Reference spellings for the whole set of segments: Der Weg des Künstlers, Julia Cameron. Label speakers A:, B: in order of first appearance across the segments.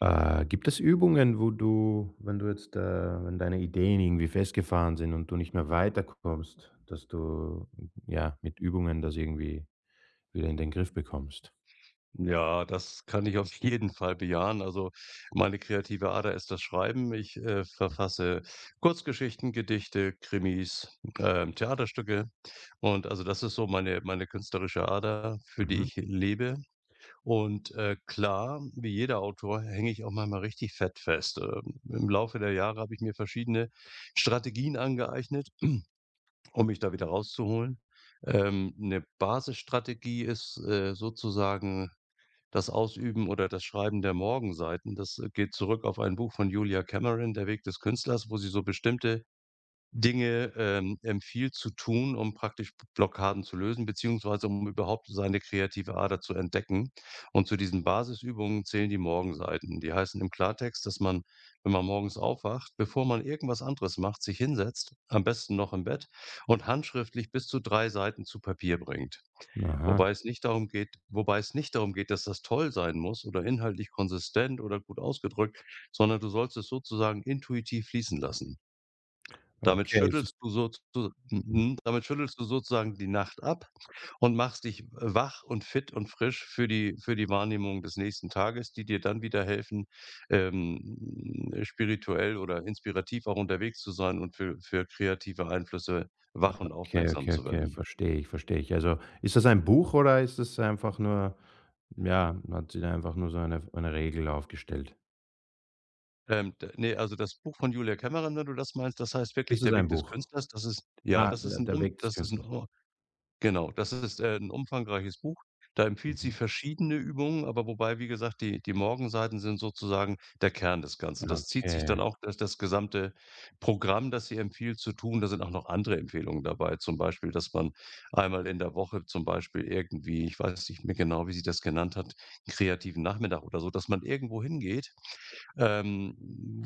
A: Gibt es Übungen, wo du, wenn du jetzt, wenn deine Ideen irgendwie festgefahren sind und du nicht mehr weiterkommst, dass du, ja, mit Übungen das irgendwie wieder in den Griff bekommst?
B: Ja, das kann ich auf jeden Fall bejahen. Also, meine kreative Ader ist das Schreiben. Ich, verfasse Kurzgeschichten, Gedichte, Krimis, Theaterstücke und also das ist so meine künstlerische Ader, für die
A: Mhm.
B: ich lebe und, klar, wie jeder Autor hänge ich auch manchmal richtig fett fest. Im Laufe der Jahre habe ich mir verschiedene Strategien angeeignet, um mich da wieder rauszuholen. 'Ne Basisstrategie ist, sozusagen das Ausüben oder das Schreiben der Morgenseiten, das, geht zurück auf ein Buch von Julia Cameron, Der Weg des Künstlers, wo sie so bestimmte Dinge, empfiehlt zu tun, um praktisch Blockaden zu lösen, beziehungsweise um überhaupt seine kreative Ader zu entdecken. Und zu diesen Basisübungen zählen die Morgenseiten. Die heißen im Klartext, dass man, wenn man morgens aufwacht, bevor man irgendwas anderes macht, sich hinsetzt, am besten noch im Bett und handschriftlich bis zu 3 Seiten zu Papier bringt.
A: Aha,
B: Wobei es nicht darum geht, dass das toll sein muss oder inhaltlich konsistent oder gut ausgedrückt, sondern du sollst es sozusagen intuitiv fließen lassen. Damit
A: okay. Es ist
B: schüttelst du sozu
A: mhm,
B: mhm, damit schüttelst du sozusagen die Nacht ab und machst dich wach und fit und frisch für die Wahrnehmung des nächsten Tages, die dir dann wieder helfen, spirituell oder inspirativ auch unterwegs zu sein und für kreative Einflüsse wach und
A: okay,
B: aufmerksam
A: okay,
B: zu
A: okay,
B: werden.
A: verstehe ich, verstehe ich. Also, ist das ein Buch oder ist das einfach nur ja, hat sie da einfach nur so eine Regel aufgestellt?
B: D Ne, also das Buch von Julia Cameron, wenn du das meinst, das heißt wirklich
A: Ist es
B: „Der
A: ein
B: Weg des
A: Buch?
B: Künstlers". Das ist ja,
A: Ah,
B: das ist
A: der
B: ein
A: der
B: um
A: Weg des
B: das ist ein
A: Künstlers.
B: o Genau, das ist, 'n umfangreiches Buch. Da empfiehlt sie
A: Mhm.
B: verschiedene Übungen, aber wobei, wie gesagt, die Morgenseiten sind sozusagen der Kern des Ganzen.
A: Ja,
B: Das zieht sich dann
A: okay.
B: auch das gesamte Programm, das sie empfiehlt zu tun. Da sind auch noch andere Empfehlungen dabei, zum Beispiel, dass man einmal in der Woche zum Beispiel irgendwie ich weiß nicht mehr genau, wie sie das genannt hat, 'n kreativen Nachmittag oder so, dass man irgendwo hingeht,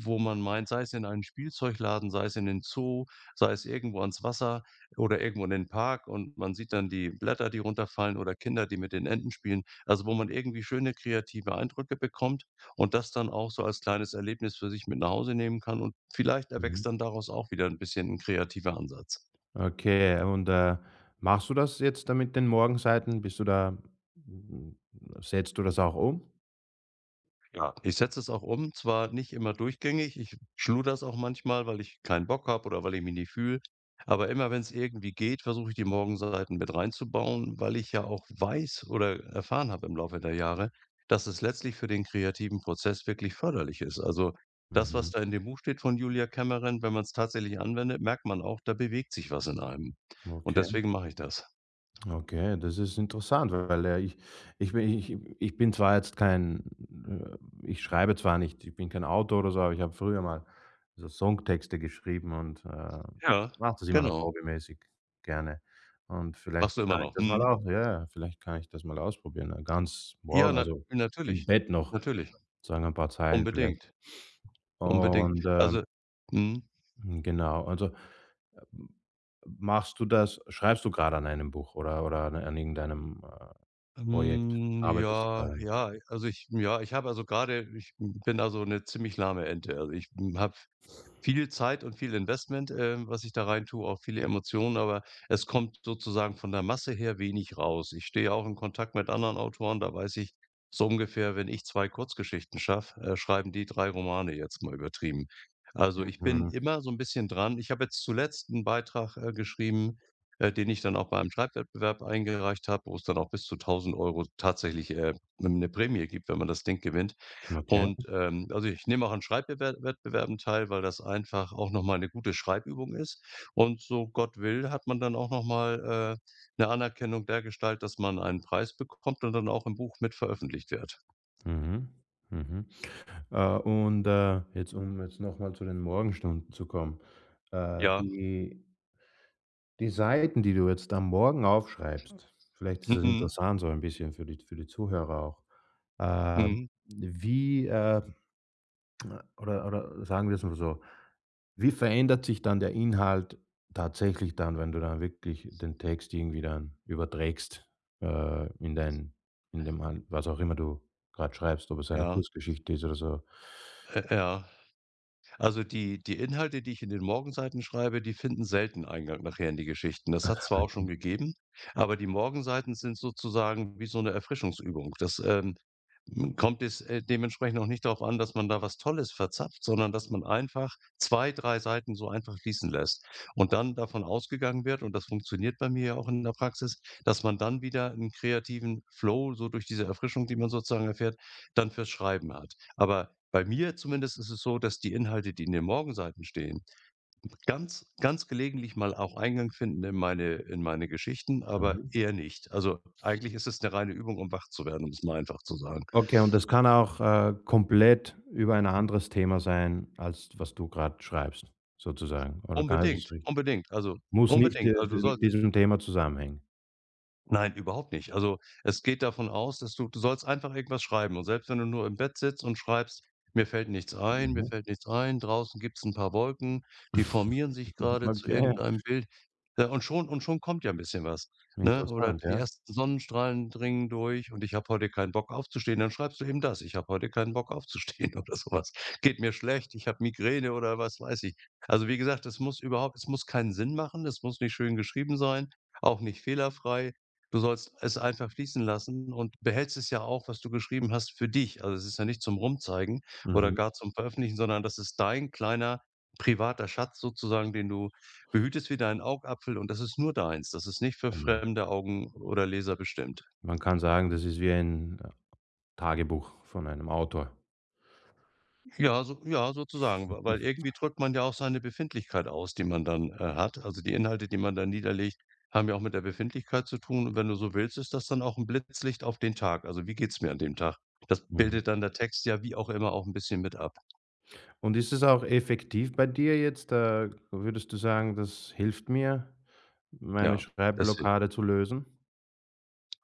B: wo man meint, sei es in einen Spielzeugladen, sei es in den Zoo, sei es irgendwo ans Wasser oder irgendwo in den Park und man sieht dann die Blätter, die runterfallen oder Kinder, die mit den Enten spielen. Also, wo man irgendwie schöne kreative Eindrücke bekommt und das dann auch so als kleines Erlebnis für sich mit nach Hause nehmen kann und vielleicht
A: Mhm.
B: erwächst dann daraus auch wieder ein bisschen ein kreativer Ansatz.
A: Okay, und, machst du das jetzt da mit den Morgenseiten? Bist du da hm, setzt du das auch um?
B: Ja, ich setze es auch um, zwar nicht immer durchgängig, ich schludere es auch manchmal, weil ich keinen Bock habe oder weil ich mich nicht fühle, aber immer wenn es irgendwie geht, versuche ich die Morgenseiten mit reinzubauen, weil ich ja auch weiß oder erfahren habe im Laufe der Jahre, dass es letztlich für den kreativen Prozess wirklich förderlich ist. Also das, was
A: Mhm.
B: da in dem Buch steht von Julia Cameron, wenn man es tatsächlich anwendet, merkt man auch, da bewegt sich was in einem. Und
A: Okay,
B: deswegen mache ich das.
A: okay, das ist interessant, weil, ich bin ich ich bin zwar jetzt kein äh, ich schreibe zwar nicht, ich bin kein Autor oder so, aber ich habe früher mal so Songtexte geschrieben und,
B: Ja. Ja,
A: mache das immer noch
B: genau.
A: hobbymäßig gerne. Und
B: Machst du
A: vielleicht
B: immer
A: kann ich
B: noch.
A: das mal
B: Mhm.
A: auch ja, vielleicht kann ich das mal ausprobieren, ganz
B: Ja,
A: morgen,
B: na
A: also im
B: natürlich.
A: Bett noch,
B: Natürlich.
A: sagen ein paar Zeilen vielleicht.
B: Unbedingt. Unbedingt.
A: Und,
B: Also, mhm,
A: genau, also, ähm, machst du das schreibst du gerade an einem Buch oder oder an irgendeinem, Projekt? Arbeitest du
B: ja,
A: daran?
B: ja, also ich ja, ich habe also gerade. Ich bin also eine ziemlich lahme Ente. Also, ich habe viel Zeit und viel Investment, was ich da rein tue, auch viele Emotionen, aber es kommt sozusagen von der Masse her wenig raus. Ich stehe auch in Kontakt mit anderen Autoren, da weiß ich so ungefähr, wenn ich 2 Kurzgeschichten schaffe, schreiben die 3 Romane, jetzt mal übertrieben. Also, ich bin
A: Mhm.
B: immer so ein bisschen dran. Ich habe jetzt zuletzt einen Beitrag, geschrieben, den ich dann auch bei einem Schreibwettbewerb eingereicht habe, wo es dann auch bis zu 1.000 Euro tatsächlich, 'ne Prämie gibt, wenn man das Ding gewinnt.
A: Okay.
B: Und, also, ich nehme auch an Schreibwettbewerben teil, weil das einfach auch noch mal 'ne gute Schreibübung ist. Und so Gott will, hat man dann auch noch mal, 'ne Anerkennung dergestalt, dass man einen Preis bekommt und dann auch im Buch mit veröffentlicht wird.
A: Mhm. Mhm. Jetzt um jetzt nochmal zu den Morgenstunden zu kommen. Äh,
B: Ja.
A: die Die Seiten, die du jetzt am Morgen aufschreibst, vielleicht ist das
B: Mhm.
A: interessant so ein bisschen für die Zuhörer auch. Ähm,
B: Mhm.
A: wie, äh oder sagen wir es mal so, wie verändert sich dann der Inhalt tatsächlich dann, wenn du dann wirklich den Text irgendwie dann überträgst, in dein in dem an was auch immer du gerade schreibst, ob es eine
B: Ja.
A: Kurzgeschichte ist oder so?
B: Ja. Also die Inhalte, die ich in den Morgenseiten schreibe, die finden selten Eingang nachher in die Geschichten. Das hat zwar auch
A: Okay.
B: schon gegeben, aber die Morgenseiten sind sozusagen wie so eine Erfrischungsübung. Das, kommt es, dementsprechend auch nicht darauf an, dass man da was Tolles verzapft, sondern dass man einfach 2 3 Seiten so einfach fließen lässt und dann davon ausgegangen wird, und das funktioniert bei mir ja auch in der Praxis, dass man dann wieder 'n kreativen Flow so durch diese Erfrischung, die man sozusagen erfährt, dann fürs Schreiben hat. Aber bei mir zumindest ist es so, dass die Inhalte, die in den Morgenseiten stehen, ganz ganz gelegentlich mal auch Eingang finden in meine Geschichten, aber
A: Mhm.
B: eher nicht. Also, eigentlich ist es eine reine Übung, um wach zu werden, um es mal einfach zu sagen.
A: Okay, und das kann auch, komplett über ein anderes Thema sein, als was du gerade schreibst sozusagen, oder kann ich das
B: Unbedingt,
A: richtig muss nicht,
B: unbedingt. Also, du
A: d mit
B: sollst
A: diesem Thema zusammenhängen.
B: nein, überhaupt nicht. Also, es geht davon aus, dass du sollst einfach irgendwas schreiben und selbst wenn du nur im Bett sitzt und schreibst: „Mir fällt nichts ein, mir
A: Mhm.
B: fällt nichts ein, draußen gibt's ein paar Wolken, die formieren sich gerade zu
A: Okay,
B: irgendeinem Bild." Ja, und schon kommt ja ein bisschen was, ne? Oder
A: interessant,
B: die
A: ja.
B: ersten Sonnenstrahlen dringen durch und ich habe heute keinen Bock aufzustehen, dann schreibst du eben das: „Ich habe heute keinen Bock aufzustehen" oder sowas. „Geht mir schlecht, ich habe Migräne" oder was weiß ich. Also, wie gesagt, es muss keinen Sinn machen, es muss nicht schön geschrieben sein, auch nicht fehlerfrei. Du sollst es einfach fließen lassen und behältst es ja auch, was du geschrieben hast, für dich. Also, es ist ja nicht zum Rumzeigen oder
A: Mhm,
B: gar zum Veröffentlichen, sondern das ist dein kleiner privater Schatz sozusagen, den du behütest wie deinen Augapfel und das ist nur deins. Das ist nicht für
A: genau.
B: fremde Augen oder Leser bestimmt.
A: Man kann sagen, das ist wie ein Tagebuch von einem Autor.
B: Ja, so ja, sozusagen, we
A: Mhm,
B: weil irgendwie drückt man ja auch seine Befindlichkeit aus, die man dann, hat. Also, die Inhalte, die man da niederlegt, haben ja auch mit der Befindlichkeit zu tun und wenn du so willst, ist das dann auch ein Blitzlicht auf den Tag. Also, wie geht's mir an dem Tag? Das
A: mhm.
B: bildet dann der Text ja wie auch immer auch ein bisschen mit ab.
A: Und ist es auch effektiv bei dir jetzt? Würdest du sagen, das hilft mir, meine
B: Ja, das hilft.
A: Schreibblockade zu lösen?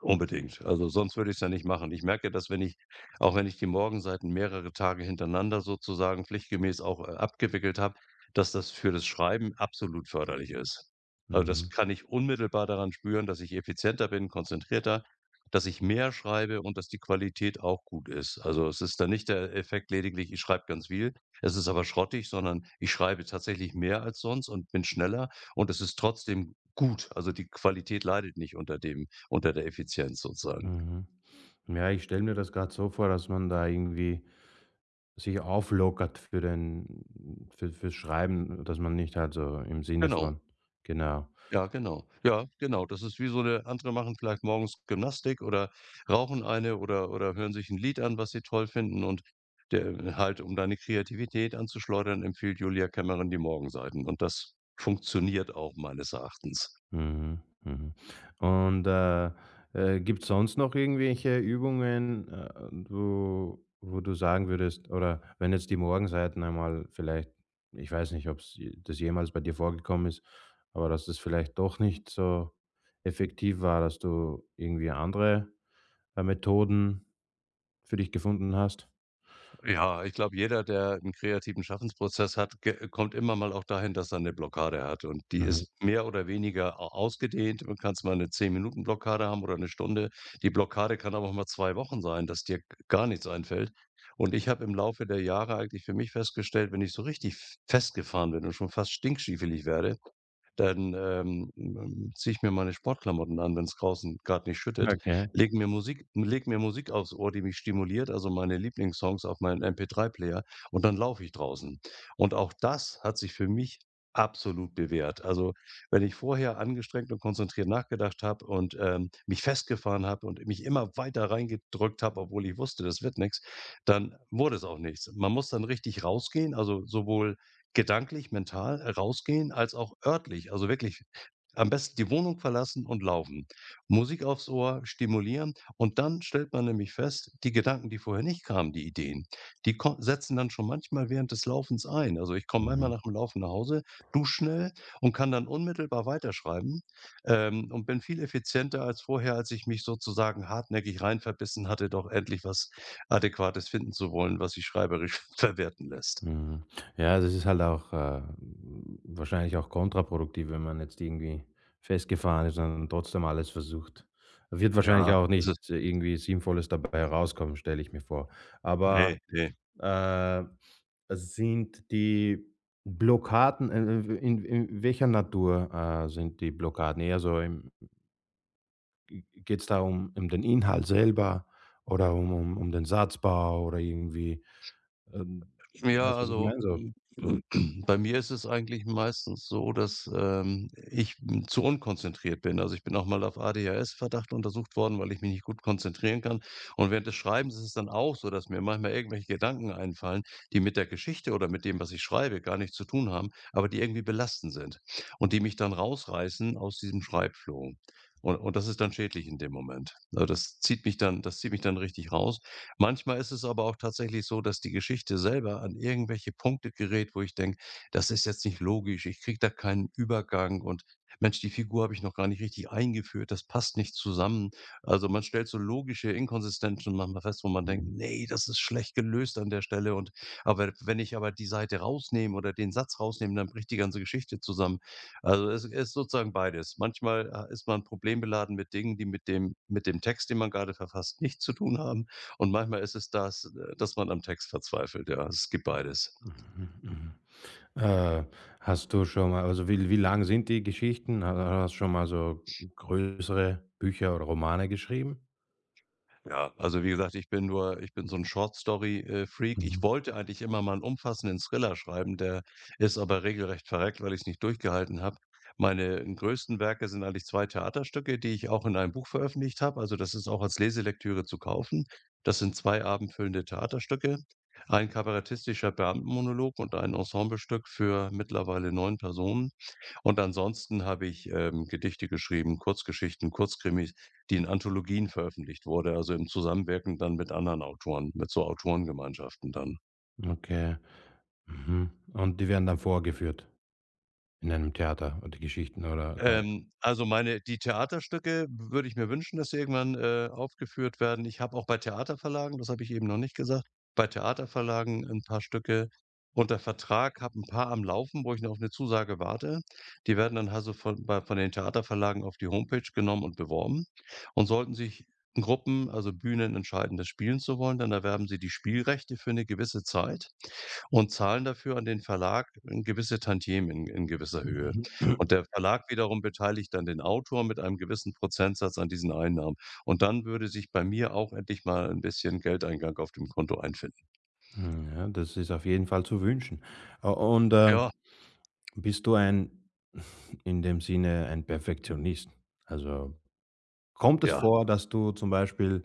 B: Unbedingt. Also, sonst würde ich es ja nicht machen. Ich merke, dass wenn ich auch wenn ich die Morgenseiten mehrere Tage hintereinander sozusagen pflichtgemäß auch, abgewickelt habe, dass das für das Schreiben absolut förderlich ist. Also, das
A: Mhm,
B: kann ich unmittelbar daran spüren, dass ich effizienter bin, konzentrierter, dass ich mehr schreibe und dass die Qualität auch gut ist. Also, es ist dann nicht der Effekt lediglich, ich schreibe ganz viel, es ist aber schrottig, sondern ich schreibe tatsächlich mehr als sonst und bin schneller und es ist trotzdem gut. Also, die Qualität leidet nicht unter dem, unter der Effizienz sozusagen.
A: mhm. Ja, ich stelle mir das gerade so vor, dass man da irgendwie sich auflockert für den für fürs Schreiben, dass man nicht halt so im Sinne
B: Genau,
A: von genau.
B: ja, genau. Ja, genau. Das ist wie so eine, andere machen vielleicht morgens Gymnastik oder rauchen eine oder hören sich ein Lied an, was sie toll finden und der halt, um deine Kreativität anzuschleudern, empfiehlt Julia Cameron die Morgenseiten und das funktioniert auch meines Erachtens.
A: Mhm, mhm. Und, gibt's sonst noch irgendwelche Übungen, wo du sagen würdest oder wenn jetzt die Morgenseiten einmal vielleicht ich weiß nicht, ob j das jemals bei dir vorgekommen ist, aber dass das vielleicht doch nicht so effektiv war, dass du irgendwie andere, Methoden für dich gefunden hast?
B: Ja, ich glaube, jeder, der einen kreativen Schaffensprozess hat, ge kommt immer mal auch dahin, dass er eine Blockade hat und die
A: Mhm.
B: ist mehr oder weniger au ausgedehnt. Man kann's mal eine 10 Minuten Blockade haben oder eine Stunde. Die Blockade kann aber auch mal 2 Wochen sein, dass dir gar nichts einfällt. Und ich habe im Laufe der Jahre eigentlich für mich festgestellt, wenn ich so richtig f festgefahren bin und schon fast stinkstiefelig werde, dann, ziehe ich mir meine Sportklamotten an, wenn es draußen gerade nicht schüttet,
A: Okay.
B: Leg mir Musik aufs Ohr, die mich stimuliert, also meine Lieblingssongs auf meinen MP3-Player und dann laufe ich draußen. Und auch das hat sich für mich absolut bewährt. Also, wenn ich vorher angestrengt und konzentriert nachgedacht habe und, mich festgefahren habe und mich immer weiter reingedrückt habe, obwohl ich wusste, das wird nichts, dann wurde es auch nichts. Man muss dann richtig rausgehen, also sowohl gedanklich, mental rausgehen als auch örtlich, also wirklich am besten die Wohnung verlassen und laufen. Musik aufs Ohr, stimulieren und dann stellt man nämlich fest, die Gedanken, die vorher nicht kamen, die Ideen, die ko setzen dann schon manchmal während des Laufens ein. Also, ich komme manchmal
A: Mhm.
B: nach dem Laufen nach Hause, dusche schnell und kann dann unmittelbar weiterschreiben, und bin viel effizienter als vorher, als ich mich sozusagen hartnäckig rein verbissen hatte, doch endlich was Adäquates finden zu wollen, was sich schreiberisch verwerten lässt.
A: Mhm. Ja, das ist halt auch, wahrscheinlich auch kontraproduktiv, wenn man jetzt irgendwie festgefahren ist und trotzdem alles versucht. Wird wahrscheinlich
B: Ja,
A: auch nicht irgendwie Sinnvolles dabei herauskommen, stelle ich mir vor. Aber,
B: ne, ne.
A: äh, also sind die Blockaden, in welcher Natur, sind die Blockaden? Eher so im geht's da um den Inhalt selber oder um den Satzbau oder irgendwie,
B: Ja,
A: weißt du, was ich
B: also,
A: meine? So so.
B: bei mir ist es eigentlich meistens so, dass, ich, zu unkonzentriert bin. Also, ich bin auch mal auf ADHS-Verdacht untersucht worden, weil ich mich nicht gut konzentrieren kann. Und während des Schreibens ist es dann auch so, dass mir manchmal irgendwelche Gedanken einfallen, die mit der Geschichte oder mit dem, was ich schreibe, gar nichts zu tun haben, aber die irgendwie belastend sind und die mich dann rausreißen aus diesem Schreibflow. Und das ist dann schädlich in dem Moment. Also, das zieht mich dann richtig raus. Manchmal ist es aber auch tatsächlich so, dass die Geschichte selber an irgendwelche Punkte gerät, wo ich denke: „Das ist jetzt nicht logisch, ich kriege da keinen Übergang und Mensch, die Figur habe ich noch gar nicht richtig eingeführt, das passt nicht zusammen.“ Also, man stellt so logische Inkonsistenzen manchmal fest, wo man denkt:
A: Hm.
B: Nee, das ist schlecht gelöst an der Stelle und aber wenn ich aber die Seite rausnehme oder den Satz rausnehme, dann bricht die ganze Geschichte zusammen.“ Also, es ist sozusagen beides. Manchmal, ist man problembeladen mit Dingen, die mit dem Text, den man gerade verfasst, nichts zu tun haben. Und manchmal ist es das, dass man am Text verzweifelt, ja. Es gibt beides.
A: Mhm, mhm. Äh, hast du schon mal Also wie wie lang sind die Geschichten? Ha Hast du schon mal so größere Bücher oder Romane geschrieben?
B: Ja, also wie gesagt, ich bin so ein Short-Story, Freak. Ich
A: Mhm,
B: wollte eigentlich immer mal einen umfassenden Thriller schreiben, der ist aber regelrecht verreckt, weil ich es nicht durchgehalten habe. Meine größten Werke sind eigentlich 2 Theaterstücke, die ich auch in einem Buch veröffentlicht habe. Also, das ist auch als Leselektüre zu kaufen. Das sind 2 abendfüllende Theaterstücke, ein kabarettistischer Beamtenmonolog und ein Ensemblestück für mittlerweile 9 Personen. Und ansonsten habe ich, Gedichte geschrieben, Kurzgeschichten, Kurzkrimis, die in Anthologien veröffentlicht wurde, also im Zusammenwirken dann mit anderen Autoren, mit so Autorengemeinschaften dann.
A: okay. Mhm. Und die werden dann vorgeführt in einem Theater und die Geschichten oder ka
B: Also meine die Theaterstücke würde ich mir wünschen, dass sie irgendwann, aufgeführt werden. Ich habe auch bei Theaterverlagen, das habe ich eben noch nicht gesagt, bei Theaterverlagen ein paar Stücke unter Vertrag, habe ein paar am Laufen, wo ich noch auf eine Zusage warte. Die werden dann also von bei von den Theaterverlagen auf die Homepage genommen und beworben. Und sollten sich Gruppen, also Bühnen entscheiden, das spielen zu wollen, dann erwerben sie die Spielrechte für eine gewisse Zeit und zahlen dafür an den Verlag ein gewisse Tantiemen in gewisser Höhe.
A: mhm.
B: Und der Verlag wiederum beteiligt dann den Autor mit einem gewissen Prozentsatz an diesen Einnahmen. Und dann würde sich bei mir auch endlich mal ein bisschen Geldeingang auf dem Konto einfinden.
A: Ja, das ist auf jeden Fall zu wünschen. Äh, und, äh,
B: Ja,
A: Bist du ein in dem Sinne ein Perfektionist? Also kommt es
B: ja,
A: vor, dass du zum Beispiel,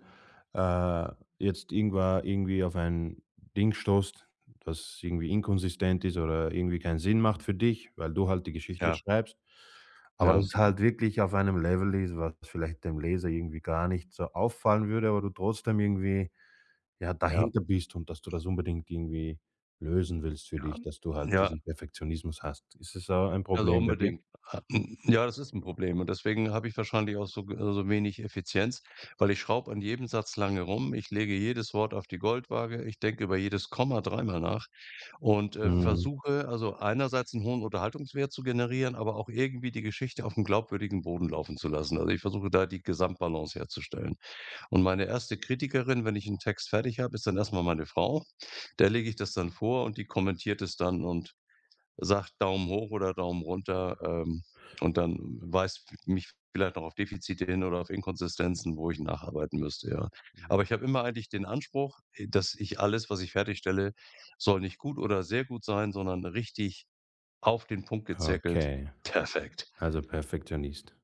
A: äh, jetzt irgendwann irgendwie auf ein Ding stoßt, das irgendwie inkonsistent ist oder irgendwie keinen Sinn macht für dich, weil du halt die Geschichte
B: ja,
A: schreibst, aber das
B: ja,
A: ist halt wirklich auf einem Level ist, was vielleicht dem Leser irgendwie gar nicht so auffallen würde, aber du trotzdem irgendwie, ja,
B: ja,
A: dahinter bist und dass du das unbedingt irgendwie lösen willst für
B: ja,
A: dich, dass du halt
B: ja,
A: diesen Perfektionismus hast. Ist es so ein
B: also
A: Problem bei dir?
B: unbedingt. Ja, das ist ein Problem und deswegen habe ich wahrscheinlich auch so wenig Effizienz, weil ich schraube an jedem Satz lange rum. Ich lege jedes Wort auf die Goldwaage. Ich denke über jedes Komma dreimal nach. Und,
A: Mhm.
B: versuche also einerseits einen hohen Unterhaltungswert zu generieren, aber auch irgendwie die Geschichte auf einem glaubwürdigen Boden laufen zu lassen. Also, ich versuche da die Gesamtbalance herzustellen. Und meine erste Kritikerin, wenn ich einen Text fertig habe, ist dann erstmal meine Frau. Der lege ich das dann vor und die kommentiert es dann und sagt Daumen hoch oder Daumen runter, und dann weist mich vielleicht noch auf Defizite hin oder auf Inkonsistenzen, wo ich nacharbeiten müsste, ja. Aber
A: Mhm.
B: ich habe immer eigentlich den Anspruch, dass ich alles, was ich fertigstelle, soll nicht gut oder sehr gut sein, sondern richtig auf den Punkt gezirkelt,
A: Okay.
B: perfekt.
A: Also Perfektionist.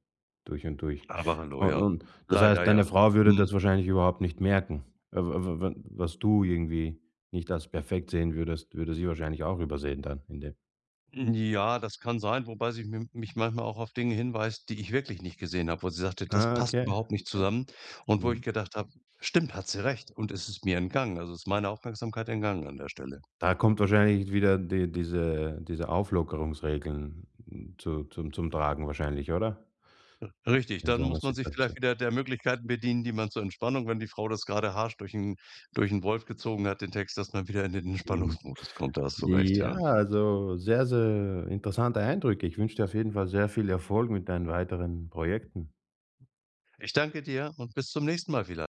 A: Durch und durch.
B: Aber hallo, ja.
A: Und das
B: Leider
A: heißt, deine
B: ja.
A: Frau würde
B: Mhm.
A: das wahrscheinlich überhaupt nicht merken. W w w was du irgendwie nicht als perfekt sehen würdest, würde sie wahrscheinlich auch übersehen dann in dem
B: Ja, das kann sein, wobei sie mi mich manchmal auch auf Dinge hinweist, die ich wirklich nicht gesehen habe, wo sie sagte: „Das
A: Ah,
B: passt
A: okay,
B: überhaupt nicht
A: okay.
B: zusammen.“ Und wo ich
A: Mhm.
B: gedacht habe: „Stimmt, hat sie recht.“ Und es ist mir entgangen. Also, ist meine Aufmerksamkeit entgangen an der Stelle.
A: Da kommt wahrscheinlich wieder diese Auflockerungsregeln hm, zu zum zum Tragen wahrscheinlich, oder?
B: Richtig,
A: In
B: dann
A: so einer
B: muss man sich vielleicht
A: Situation.
B: wieder der Möglichkeiten bedienen, die man zur Entspannung, wenn die Frau das gerade harsch durch einen Wolf gezogen hat, den Text, dass man wieder in den
A: Mhm.
B: Entspannungsmodus kommt. Da hast du recht,
A: Ja,
B: ja.
A: also sehr, sehr interessante Eindrücke. Ich wünsche dir auf jeden Fall sehr viel Erfolg mit deinen weiteren Projekten.
B: Ich danke dir und bis zum nächsten Mal vielei